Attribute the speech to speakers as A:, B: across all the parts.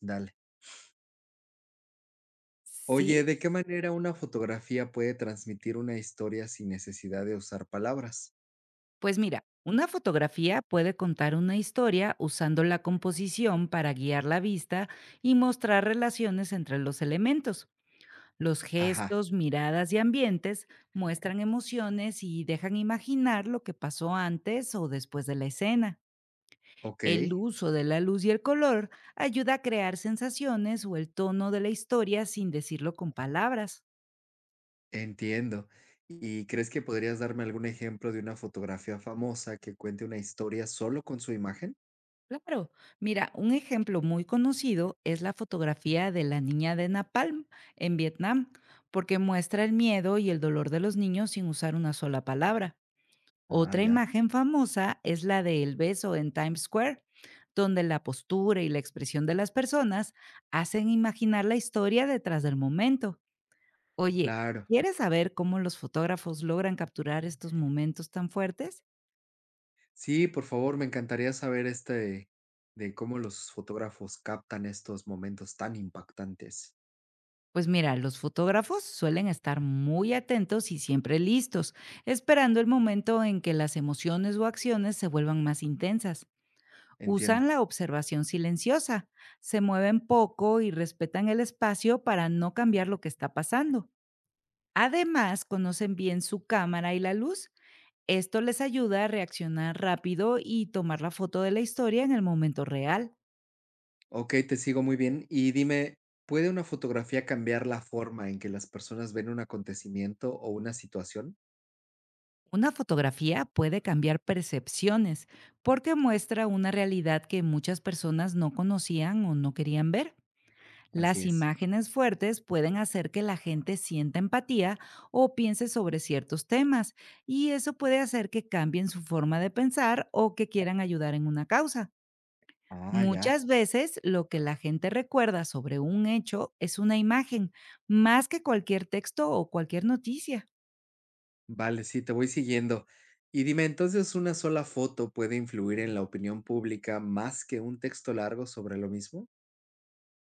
A: Dale.
B: Sí,
A: Oye, ¿de qué manera una fotografía puede transmitir una historia sin necesidad de usar palabras?
B: pues mira, una fotografía puede contar una historia usando la composición para guiar la vista y mostrar relaciones entre los elementos. Los
A: Ajá,
B: gestos, miradas y ambientes muestran emociones y dejan imaginar lo que pasó antes o después de la escena.
A: ok,
B: El uso de la luz y el color ayuda a crear sensaciones o el tono de la historia sin decirlo con palabras.
A: entiendo. ¿Y crees que podrías darme algún ejemplo de una fotografía famosa que cuente una historia solo con su imagen?
B: Claro, mira, un ejemplo muy conocido es la fotografía de la niña de Napalm en Vietnam, porque muestra el miedo y el dolor de los niños sin usar una sola palabra.
A: Ah,
B: Otra
A: ya.
B: imagen famosa es la de El beso en Times Square, donde la postura y la expresión de las personas hacen imaginar la historia detrás del momento. Oye,
A: Claro.
B: ¿quieres saber cómo los fotógrafos logran capturar estos momentos tan fuertes?
A: Sí, por favor, me encantaría saber de cómo los fotógrafos captan estos momentos tan impactantes.
B: Pues mira, los fotógrafos suelen estar muy atentos y siempre listos, esperando el momento en que las emociones o acciones se vuelvan más intensas.
A: Entiendo.
B: Usan la observación silenciosa, se mueven poco y respetan el espacio para no cambiar lo que está pasando. Además, conocen bien su cámara y la luz. Esto les ayuda a reaccionar rápido y tomar la foto de la historia en el momento real.
A: Ok, te sigo muy bien. Y dime, ¿puede una fotografía cambiar la forma en que las personas ven un acontecimiento o una situación?
B: Una fotografía puede cambiar percepciones porque muestra una realidad que muchas personas no conocían o no querían ver.
A: Así
B: Las
A: es.
B: imágenes fuertes pueden hacer que la gente sienta empatía o piense sobre ciertos temas, y eso puede hacer que cambien su forma de pensar o que quieran ayudar en una causa.
A: Ah, ya.
B: Muchas veces lo que la gente recuerda sobre un hecho es una imagen, más que cualquier texto o cualquier noticia.
A: Vale, sí, te voy siguiendo. Y dime, entonces, ¿una sola foto puede influir en la opinión pública más que un texto largo sobre lo mismo?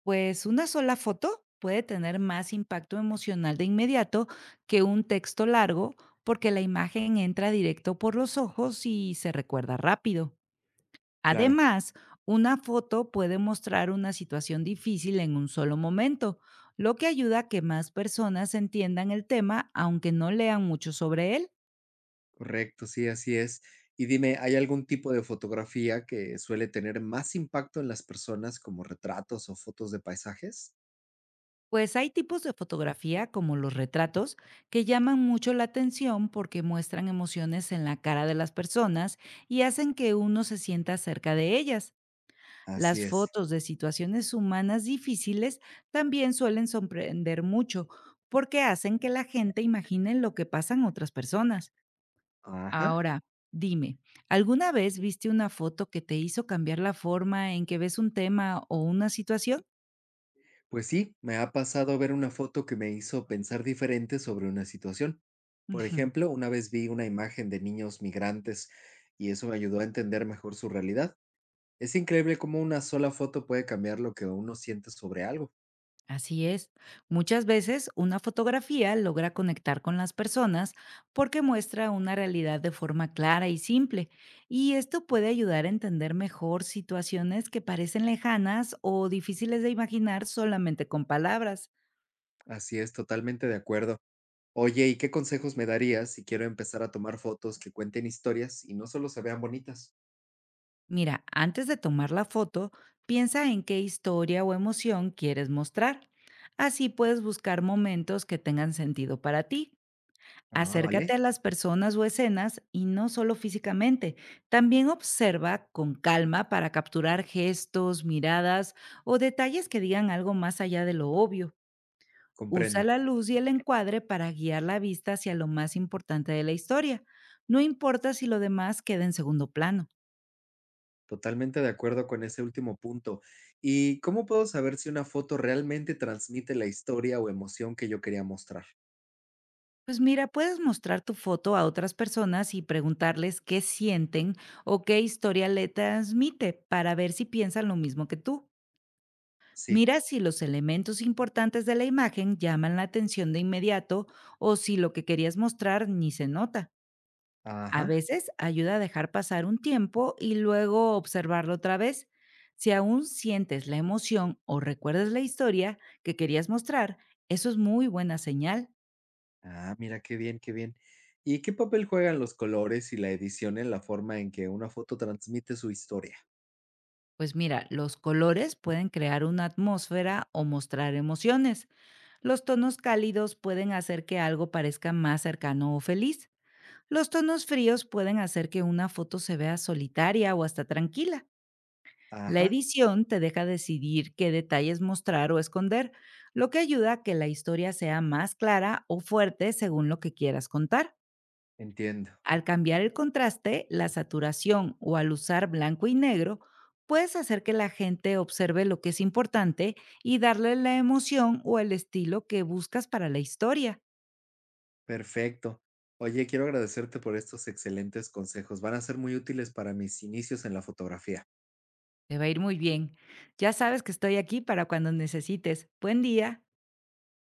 B: Pues una sola foto puede tener más impacto emocional de inmediato que un texto largo, porque la imagen entra directo por los ojos y se recuerda rápido.
A: Claro.
B: Además, una foto puede mostrar una situación difícil en un solo momento, lo que ayuda a que más personas entiendan el tema aunque no lean mucho sobre él.
A: Correcto, sí, así es. Y dime, ¿hay algún tipo de fotografía que suele tener más impacto en las personas como retratos o fotos de paisajes?
B: Pues hay tipos de fotografía, como los retratos, que llaman mucho la atención porque muestran emociones en la cara de las personas y hacen que uno se sienta cerca de ellas.
A: Así
B: Las
A: es.
B: fotos de situaciones humanas difíciles también suelen sorprender mucho porque hacen que la gente imagine lo que pasan otras personas.
A: Ajá.
B: Ahora, dime, ¿alguna vez viste una foto que te hizo cambiar la forma en que ves un tema o una situación?
A: Pues sí, me ha pasado ver una foto que me hizo pensar diferente sobre una situación. Por
B: Ujú.
A: ejemplo, una vez vi una imagen de niños migrantes y eso me ayudó a entender mejor su realidad. Es increíble cómo una sola foto puede cambiar lo que uno siente sobre algo.
B: Así es. Muchas veces una fotografía logra conectar con las personas porque muestra una realidad de forma clara y simple, y esto puede ayudar a entender mejor situaciones que parecen lejanas o difíciles de imaginar solamente con palabras.
A: Así es, totalmente de acuerdo. Oye, ¿y qué consejos me darías si quiero empezar a tomar fotos que cuenten historias y no solo se vean bonitas?
B: Mira, antes de tomar la foto, piensa en qué historia o emoción quieres mostrar. Así puedes buscar momentos que tengan sentido para ti.
A: Ah,
B: Acércate a
A: vale,
B: las personas o escenas, y no solo físicamente. También observa con calma para capturar gestos, miradas o detalles que digan algo más allá de lo obvio. Usa
A: comprendo.
B: la luz y el encuadre para guiar la vista hacia lo más importante de la historia. No importa si lo demás queda en segundo plano.
A: Totalmente de acuerdo con ese último punto. ¿Y cómo puedo saber si una foto realmente transmite la historia o emoción que yo quería mostrar?
B: Pues mira, puedes mostrar tu foto a otras personas y preguntarles qué sienten o qué historia le transmite, para ver si piensan lo mismo que tú.
A: Sí.
B: Mira si los elementos importantes de la imagen llaman la atención de inmediato, o si lo que querías mostrar ni se nota. A
A: Ajá.
B: veces ayuda a dejar pasar un tiempo y luego observarlo otra vez. Si aún sientes la emoción o recuerdas la historia que querías mostrar, eso es muy buena señal.
A: Ah, mira qué bien, qué bien. ¿Y qué papel juegan los colores y la edición en la forma en que una foto transmite su historia?
B: Pues mira, los colores pueden crear una atmósfera o mostrar emociones. Los tonos cálidos pueden hacer que algo parezca más cercano o feliz. Los tonos fríos pueden hacer que una foto se vea solitaria o hasta tranquila. La
A: Ajá.
B: edición te deja decidir qué detalles mostrar o esconder, lo que ayuda a que la historia sea más clara o fuerte según lo que quieras contar.
A: Entiendo.
B: Al cambiar el contraste, la saturación o al usar blanco y negro, puedes hacer que la gente observe lo que es importante y darle la emoción o el estilo que buscas para la historia.
A: Perfecto. Oye, quiero agradecerte por estos excelentes consejos. Van a ser muy útiles para mis inicios en la fotografía.
B: Te va a ir muy bien. Ya sabes que estoy aquí para cuando necesites. Buen día.